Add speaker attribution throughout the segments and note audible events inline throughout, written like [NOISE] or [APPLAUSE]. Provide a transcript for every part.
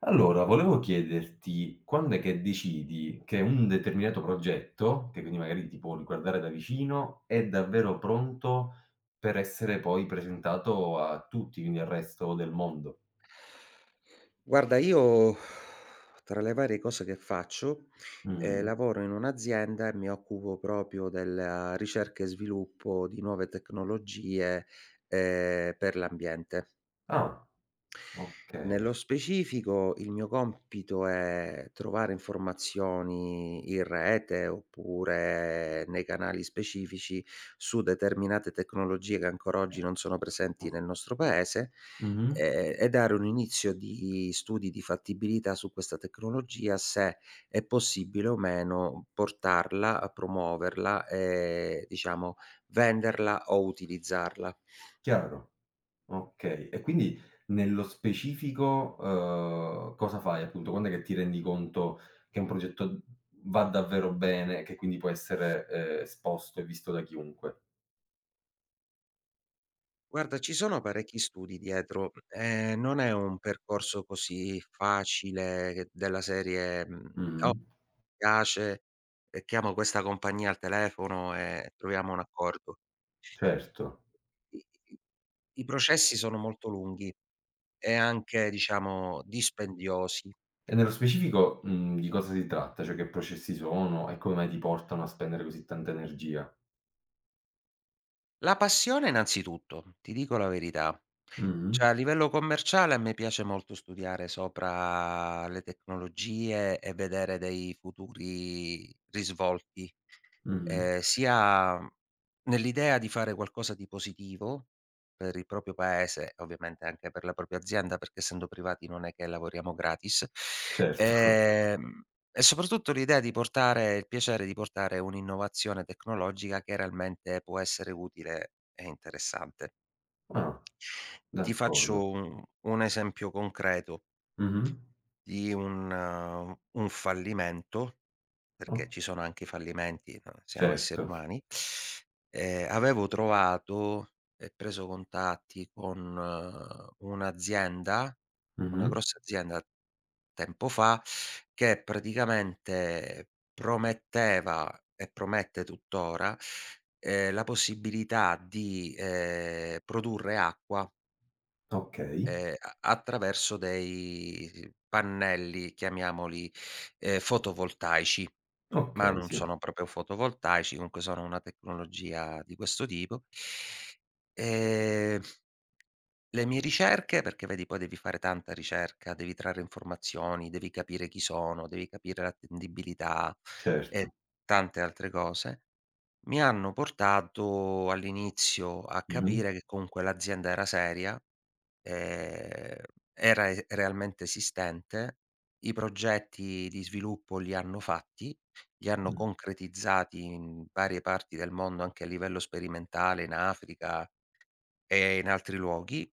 Speaker 1: Allora, volevo chiederti quand'è che decidi che un determinato progetto, che quindi magari ti può riguardare da vicino, è davvero pronto per essere poi presentato a tutti, quindi al resto del mondo?
Speaker 2: Guarda, io tra le varie cose che faccio,
Speaker 1: Mh.
Speaker 2: lavoro in un'azienda e mi occupo proprio della ricerca e sviluppo di nuove tecnologie, per l'ambiente.
Speaker 1: Ah, okay.
Speaker 2: Nello specifico il mio compito è trovare informazioni in rete oppure nei canali specifici su determinate tecnologie che ancora oggi non sono presenti nel nostro paese,
Speaker 1: Mh-mh.
Speaker 2: e dare un inizio di studi di fattibilità su questa tecnologia, se è possibile o meno portarla, promuoverla e diciamo venderla o utilizzarla.
Speaker 1: Chiaro, okay. E quindi nello specifico, cosa fai appunto? Quand'è che ti rendi conto che un progetto va davvero bene e che quindi può essere esposto e visto da chiunque?
Speaker 2: Guarda, ci sono parecchi studi dietro, non è un percorso così facile, che della serie, mhmm: "Oh,
Speaker 1: Mh-mh.
Speaker 2: mi piace, chiamo questa compagnia al telefono e troviamo un accordo."
Speaker 1: Certo.
Speaker 2: I i i processi sono molto lunghi e anche, diciamo, dispendiosi.
Speaker 1: E nello specifico, di cosa si tratta? Cioè che processi sono e come mai ti portano a spendere così tanta energia?
Speaker 2: La passione innanzitutto, ti dico la verità.
Speaker 1: Mh-mh.
Speaker 2: Cioè a livello commerciale a me piace molto studiare sopra le tecnologie e vedere dei futuri risvolti,
Speaker 1: Mh-mh.
Speaker 2: sia nell'idea di fare qualcosa di positivo per il proprio paese, ovviamente anche per la propria azienda, perché essendo privati non è che lavoriamo gratis.
Speaker 1: Certo. [LAUGHS]
Speaker 2: Ehm e soprattutto l'idea di portare il piacere di portare un'innovazione tecnologica che realmente può essere utile e interessante.
Speaker 1: Ah,
Speaker 2: Ti
Speaker 1: d'accordo.
Speaker 2: faccio un esempio concreto
Speaker 1: Mh-mh.
Speaker 2: di un fallimento,
Speaker 1: O
Speaker 2: perché ci sono anche i fallimenti, no, siamo esseri
Speaker 1: certo.
Speaker 2: umani. Avevo trovato e preso contatti con un'azienda, una
Speaker 1: Mh-mh.
Speaker 2: grossa azienda tempo fa, che praticamente prometteva e promette tuttora, la possibilità di produrre acqua.
Speaker 1: Okay.
Speaker 2: A attraverso dei pannelli, chiamiamoli, fotovoltaici, ma
Speaker 1: Okay,
Speaker 2: non
Speaker 1: sì,
Speaker 2: sono proprio fotovoltaici, comunque sono una tecnologia di questo tipo. Ehm, le mie ricerche, perché vedi poi devi fare tanta ricerca, devi trarre informazioni, devi capire chi sono, devi capire l'attendibilità
Speaker 1: certo.
Speaker 2: e tante altre cose, mi hanno portato all'inizio a
Speaker 1: Mh-mh.
Speaker 2: capire che comunque l'azienda era seria, ehm, era e realmente esistente, i progetti di sviluppo li hanno fatti, li hanno
Speaker 1: Mh.
Speaker 2: concretizzati in varie parti del mondo, anche a livello sperimentale in Africa, e in altri luoghi.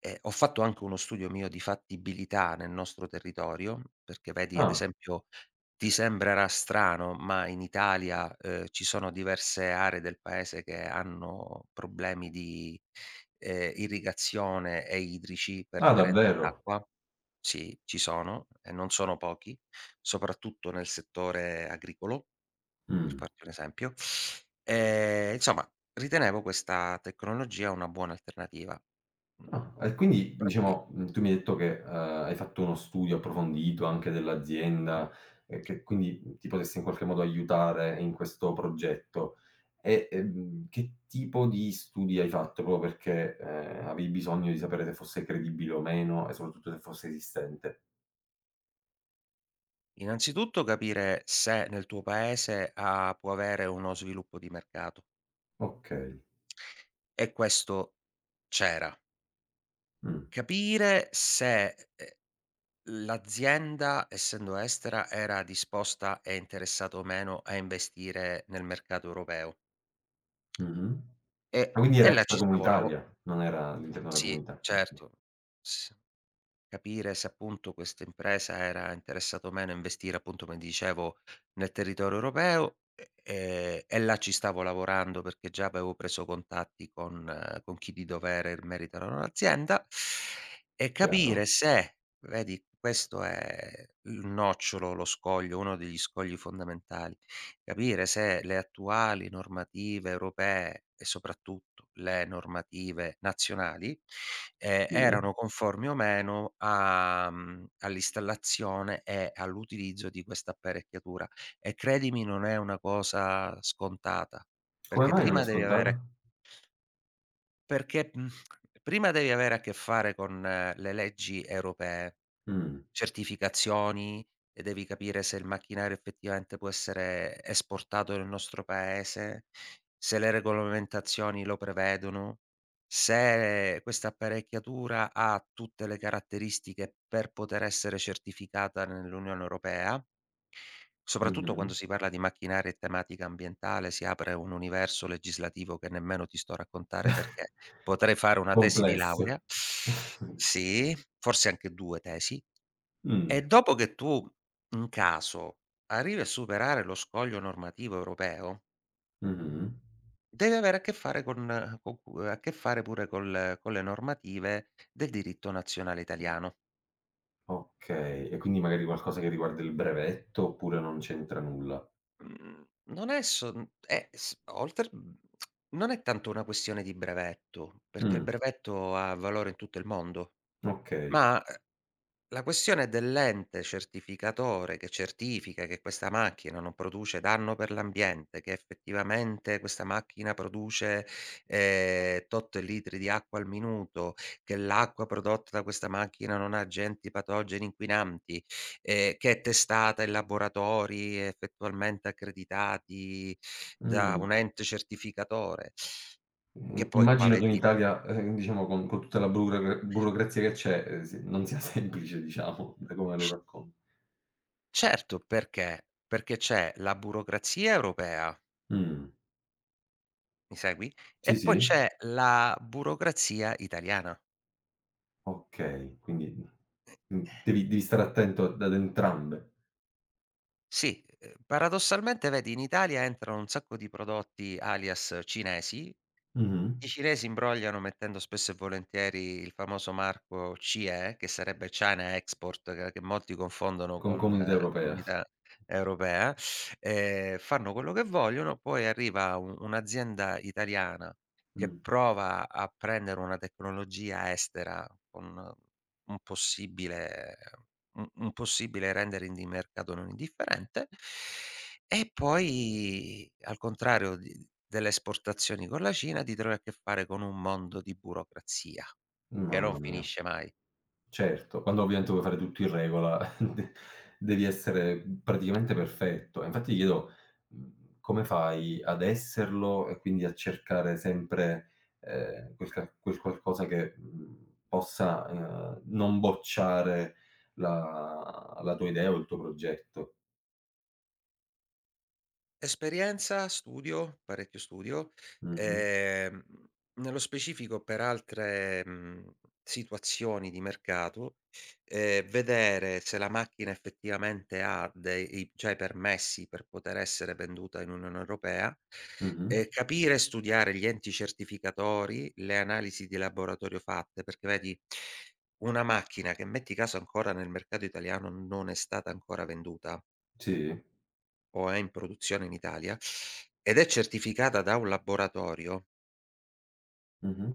Speaker 2: Ho fatto anche uno studio mio di fattibilità nel nostro territorio, perché vedi, ad
Speaker 1: Ah.
Speaker 2: esempio, ti sembrerà strano, ma in Italia, ci sono diverse aree del paese che hanno problemi di irrigazione e idrici per
Speaker 1: Ah,
Speaker 2: carenza
Speaker 1: davvero?
Speaker 2: d'acqua. Sì, ci sono e non sono pochi, soprattutto nel settore agricolo, per
Speaker 1: Mh.
Speaker 2: farti un esempio. Insomma, ritenevo questa tecnologia una buona alternativa. Mhmm,
Speaker 1: Ah, e
Speaker 2: il
Speaker 1: quindi
Speaker 2: pro i
Speaker 1: diciamo, tu mi hai detto che, hai fatto uno studio approfondito anche
Speaker 2: mh,
Speaker 1: dell'azienda e che quindi ti potesse in qualche modo aiutare in questo progetto. E, che tipo di studi hai fatto proprio perché, avevi bisogno di sapere se fosse credibile o meno e soprattutto se fosse esistente?
Speaker 2: innanzitutto capire se nel tuo paese ha può avere uno sviluppo di mercato,
Speaker 1: Okay,
Speaker 2: e questo c'era.
Speaker 1: mh,
Speaker 2: Capire se, l'azienda, essendo estera, era disposta e interessata o meno a investire nel mercato europeo,
Speaker 1: mh-mh. Ma
Speaker 2: e
Speaker 1: quindi
Speaker 2: e
Speaker 1: era
Speaker 2: là ci stavo lavo
Speaker 1: extracomunitaria, non era all'interno della
Speaker 2: sì,
Speaker 1: comunità. Okay,
Speaker 2: certo. S Capire se appunto questa impresa era interessata o meno a investire, appunto, come ti dicevo, nel territorio europeo, e là ci stavo lavorando, perché già avevo preso contatti con con chi di dovere in merito alla loro azienda, e
Speaker 1: chiaro,
Speaker 2: capire se, vedi, questo è il nocciolo, lo scoglio, uno degli scogli fondamentali, capire se le attuali normative europee e soprattutto le normative nazionali
Speaker 1: sì.
Speaker 2: erano conformi o meno a, all'installazione e all'utilizzo di questa apparecchiatura. E credimi, non è una cosa scontata,
Speaker 1: Come
Speaker 2: perché
Speaker 1: mai non è
Speaker 2: prima devi avere.
Speaker 1: scontato?
Speaker 2: Perché, prima devi avere a che fare con le leggi europee,
Speaker 1: Mh,
Speaker 2: certificazioni, e devi capire se il macchinario effettivamente può essere esportato nel nostro paese, se le regolamentazioni lo prevedono, se questa apparecchiatura ha tutte le caratteristiche per poter essere certificata nell'Unione Europea. Soprattutto
Speaker 1: mh-mh.
Speaker 2: quando si parla di macchinari e tematica ambientale, si apre un universo legislativo che nemmeno ti sto a raccontare, perché
Speaker 1: [LAUGHS]
Speaker 2: potrei fare una tesi di
Speaker 1: Complesso.
Speaker 2: laurea. Sì, forse anche 2 tesi. E
Speaker 1: Mh,
Speaker 2: dopo che tu, in caso, arrivi a superare lo scoglio normativo europeo,
Speaker 1: mh-mh.
Speaker 2: devi avere a che fare con co cu a che fare pure col con le normative del diritto nazionale italiano.
Speaker 1: Okay, e quindi magari qualcosa che riguarda il brevetto oppure non c'entra nulla?
Speaker 2: Mhmm, non è son è s oltre mhmm, non è tanto una questione di brevetto, perché il
Speaker 1: Mh,
Speaker 2: brevetto ha valore in tutto il mondo,
Speaker 1: okay.
Speaker 2: ma, la questione dell'ente certificatore che certifica che questa macchina non produce danno per l'ambiente, che effettivamente questa macchina produce, tot litri di acqua al minuto, che l'acqua prodotta da questa macchina non ha agenti patogeni inquinanti, che è testata in laboratori effettualmente accreditati da
Speaker 1: Mh.
Speaker 2: un ente certificatore, che
Speaker 1: Mhmm,
Speaker 2: poi qua
Speaker 1: Immagino che in
Speaker 2: vedi,
Speaker 1: Italia, diciamo con tutta la burocrazia che c'è, si non sia [LAUGHS] semplice diciamo, da come lo raccon
Speaker 2: certo. Perché? Perché c'è la burocrazia europea.
Speaker 1: mh,
Speaker 2: Mi segui?
Speaker 1: sì,
Speaker 2: E poi
Speaker 1: sì?
Speaker 2: c'è la burocrazia italiana.
Speaker 1: Okay, quindi, devi stare attento ad entrambe.
Speaker 2: Sì, paradossalmente vedi, in Italia entrano un sacco di prodotti alias cinesi.
Speaker 1: Mh-mh.
Speaker 2: I cinesi imbrogliano mettendo spesso e volentieri il famoso marco CE, che sarebbe China Export, che molti confondono
Speaker 1: Con
Speaker 2: con,
Speaker 1: comunità europea.
Speaker 2: Comunità Europea, fanno quello che vogliono. Poi arriva u un'azienda italiana che
Speaker 1: Mh.
Speaker 2: prova a prendere una tecnologia estera con, un possibile un possibile rendering di mercato non indifferente, e poi, al contrario di delle esportazioni con la Cina, ti trovi a che fare con un mondo di burocrazia che non
Speaker 1: Mamma mia.
Speaker 2: finisce mai.
Speaker 1: Certo, quando ovviamente vuoi fare tutto in regola [LAUGHS] de devi essere, praticamente perfetto. E infatti ti chiedo, come fai ad esserlo e quindi a cercare sempre, quel qualcosa che, possa, non bocciare la tua idea o il tuo progetto.
Speaker 2: Esperienza, studio, parecchio studio,
Speaker 1: Mh-mh,
Speaker 2: ehm, nello specifico per altre, situazioni di mercato, vedere se la macchina effettivamente ha dei cioè i cioè, permessi per poter essere venduta in Unione Europea,
Speaker 1: mh-mh,
Speaker 2: capire e studiare gli enti certificatori, le analisi di laboratorio fatte, perché vedi, una macchina che, metti caso, ancora nel mercato italiano non è stata ancora venduta,
Speaker 1: sì,
Speaker 2: o è in produzione in Italia, ed è certificata da un laboratorio,
Speaker 1: mh-mh,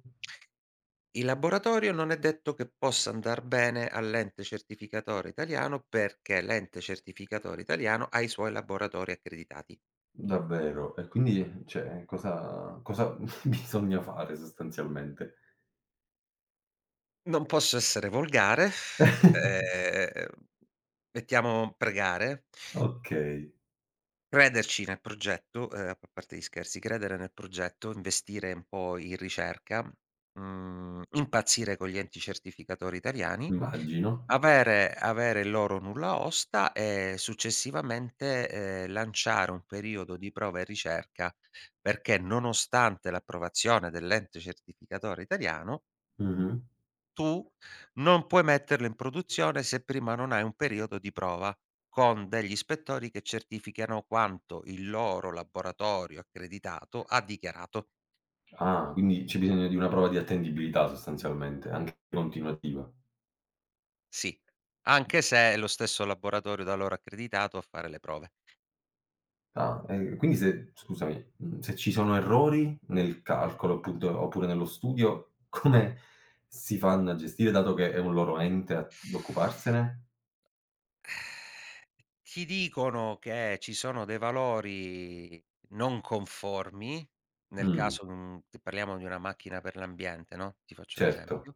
Speaker 2: il laboratorio non è detto che possa andar bene all'ente certificatore italiano, perché l'ente certificatore italiano ha i suoi laboratori accreditati.
Speaker 1: davvero. E quindi, cioè, cosa [LAUGHS] bisogna fare sostanzialmente?
Speaker 2: Non posso essere volgare,
Speaker 1: [LAUGHS]
Speaker 2: ehm, mettiamo pregare.
Speaker 1: Okay.
Speaker 2: Crederci nel progetto, a p parte gli scherzi, credere nel progetto, investire un po' in ricerca, impazzire con gli enti certificatori italiani,
Speaker 1: Immagino.
Speaker 2: avere il loro nulla osta e successivamente, lanciare un periodo di prova e ricerca, perché nonostante l'approvazione dell'ente certificatore italiano,
Speaker 1: Mh-mh.
Speaker 2: tu non puoi metterle in produzione se prima non hai un periodo di prova con degli ispettori che certificano quanto il loro laboratorio accreditato ha dichiarato.
Speaker 1: Ah, quindi c'è bisogno di una prova di attendibilità sostanzialmente, anche continuativa.
Speaker 2: Sì, anche se è lo stesso laboratorio da loro accreditato a fare le prove.
Speaker 1: Ah, e quindi se scusami, se ci sono errori nel calcolo appunto, oppure nello studio, come si fanno a gestire dato che è un loro ente ad occuparsene?
Speaker 2: Ti dicono che ci sono dei valori non conformi. Nel
Speaker 1: Mh,
Speaker 2: caso, mhmm, t parliamo di una macchina per l'ambiente, no, ti faccio un
Speaker 1: certo.
Speaker 2: esempio,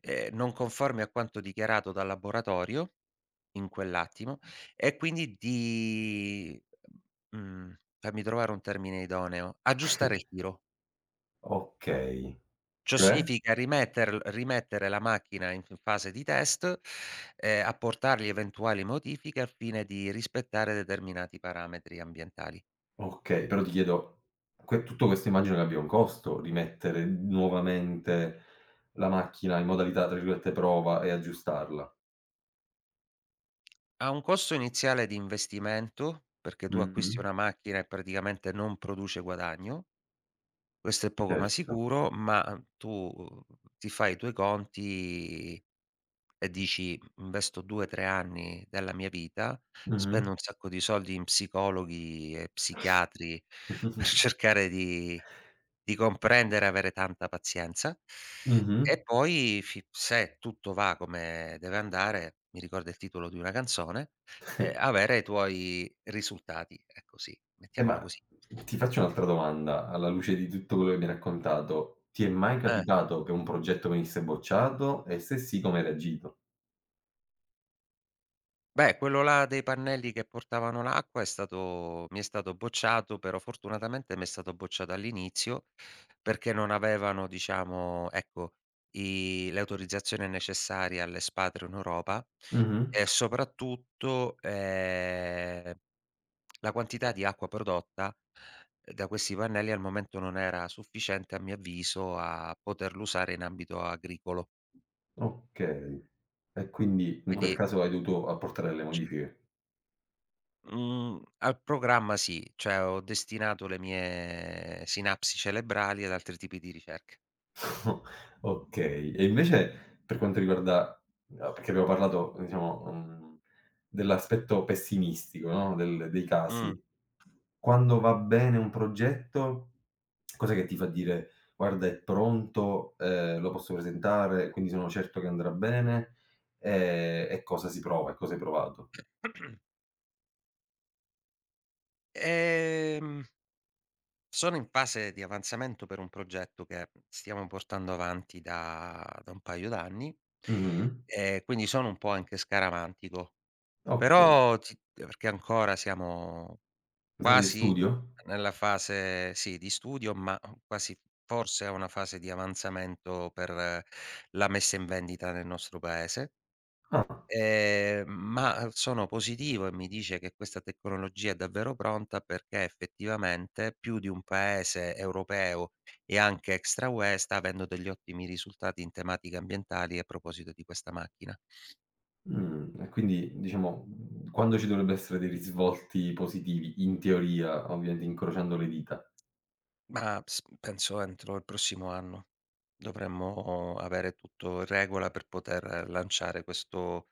Speaker 2: non conformi a quanto dichiarato dal laboratorio in quell'attimo, e quindi di, fammi trovare un termine idoneo, aggiustare il
Speaker 1: [LAUGHS]
Speaker 2: tiro.
Speaker 1: Okay.
Speaker 2: Ciò
Speaker 1: Cioè?
Speaker 2: significa rimettere la macchina in f fase di test, apportargli eventuali modifiche al fine di rispettare determinati parametri ambientali.
Speaker 1: Okay, però ti chiedo, que tutto questo immagino che abbia un costo, rimettere nuovamente la macchina in modalità, tra virgolette, "prova" e aggiustarla.
Speaker 2: Ha un costo iniziale di investimento, perché tu
Speaker 1: Mh-mh.
Speaker 2: acquisti una macchina e praticamente non produce guadagno. Questo è poco ma
Speaker 1: Certo.
Speaker 2: sicuro, ma tu ti fai i tuoi conti e dici: "Investo 2, 3 anni della mia vita,
Speaker 1: Mh-mh.
Speaker 2: spendo un sacco di soldi in psicologi e psichiatri [LAUGHS] per
Speaker 1: [LAUGHS]
Speaker 2: cercare di comprendere e avere tanta pazienza".
Speaker 1: Mh-mh.
Speaker 2: E poi, fi se tutto va come deve andare, mi ricorda il titolo di una canzone, avere i tuoi risultati, ecco sì, mettiamola
Speaker 1: Ma
Speaker 2: così.
Speaker 1: ti faccio un'altra domanda, alla luce di tutto quello che mi hai raccontato: ti è mai
Speaker 2: Eh.
Speaker 1: capitato che un progetto venisse bocciato e se sì come hai reagito?
Speaker 2: Beh, quello là dei pannelli che portavano l'acqua è stato mi è stato bocciato, però fortunatamente mi è stato bocciato all'inizio, perché non avevano, diciamo, ecco, i l'autorizzazione necessaria all'espatrio in Europa,
Speaker 1: Mh-mh.
Speaker 2: e soprattutto, la quantità di acqua prodotta da questi pannelli al momento non era sufficiente, a mio avviso, a poterlo usare in ambito agricolo.
Speaker 1: Okay. E quindi in quel
Speaker 2: Quindi,
Speaker 1: caso hai dovuto apportare delle modifiche.
Speaker 2: Mhmm, al programma sì, cioè ho destinato le mie sinapsi cerebrali ad altri tipi di ricerche.
Speaker 1: [LAUGHS] Okay. E invece per quanto riguarda a perché abbiamo parlato, diciamo, dell'aspetto pessimistico, no, del dei
Speaker 2: Mh.
Speaker 1: casi. Quando va bene un progetto, cos'è che ti fa dire: "Guarda è pronto, lo posso presentare, quindi sono certo che andrà bene"? E cosa si prova e cosa hai provato?
Speaker 2: Ehm, Sono in fase di avanzamento per un progetto che stiamo portando avanti da un paio d'anni,
Speaker 1: Mh-mh.
Speaker 2: e quindi sono un po' anche scaramantico,
Speaker 1: Okay.
Speaker 2: però ti, perché ancora siamo
Speaker 1: Fase di
Speaker 2: quasi
Speaker 1: studio?
Speaker 2: nella fase, sì, di studio, ma, quasi forse a una fase di avanzamento per la messa in vendita nel nostro paese,
Speaker 1: Ah.
Speaker 2: ma sono positivo e mi dice che questa tecnologia è davvero pronta, perché effettivamente più di un paese europeo e anche extra UE sta avendo degli ottimi risultati in tematiche ambientali a proposito di questa macchina.
Speaker 1: E quindi diciamo, quando ci dovrebbe essere dei risvolti positivi, in teoria, ovviamente incrociando le dita.
Speaker 2: Ma, s penso entro il prossimo anno. Dovremmo avere tutto in regola per poter lanciare questo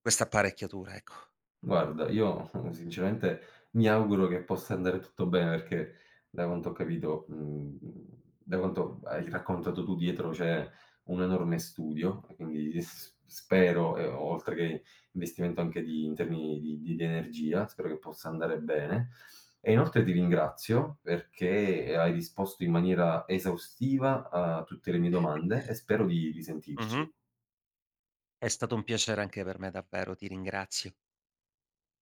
Speaker 2: questa apparecchiatura, ecco.
Speaker 1: Guarda, io [LAUGHS] sinceramente mi auguro che possa andare tutto bene perché da quanto ho capito, da quanto hai raccontato tu dietro c'è un enorme studio, quindi s spero, oltre che investimento anche di in termini di energia, spero che possa andare bene. E inoltre ti ringrazio perché hai risposto in maniera esaustiva a tutte le mie domande e spero di
Speaker 2: Mh-mh.
Speaker 1: risentirci.
Speaker 2: È stato un piacere anche per me davvero, ti ringrazio.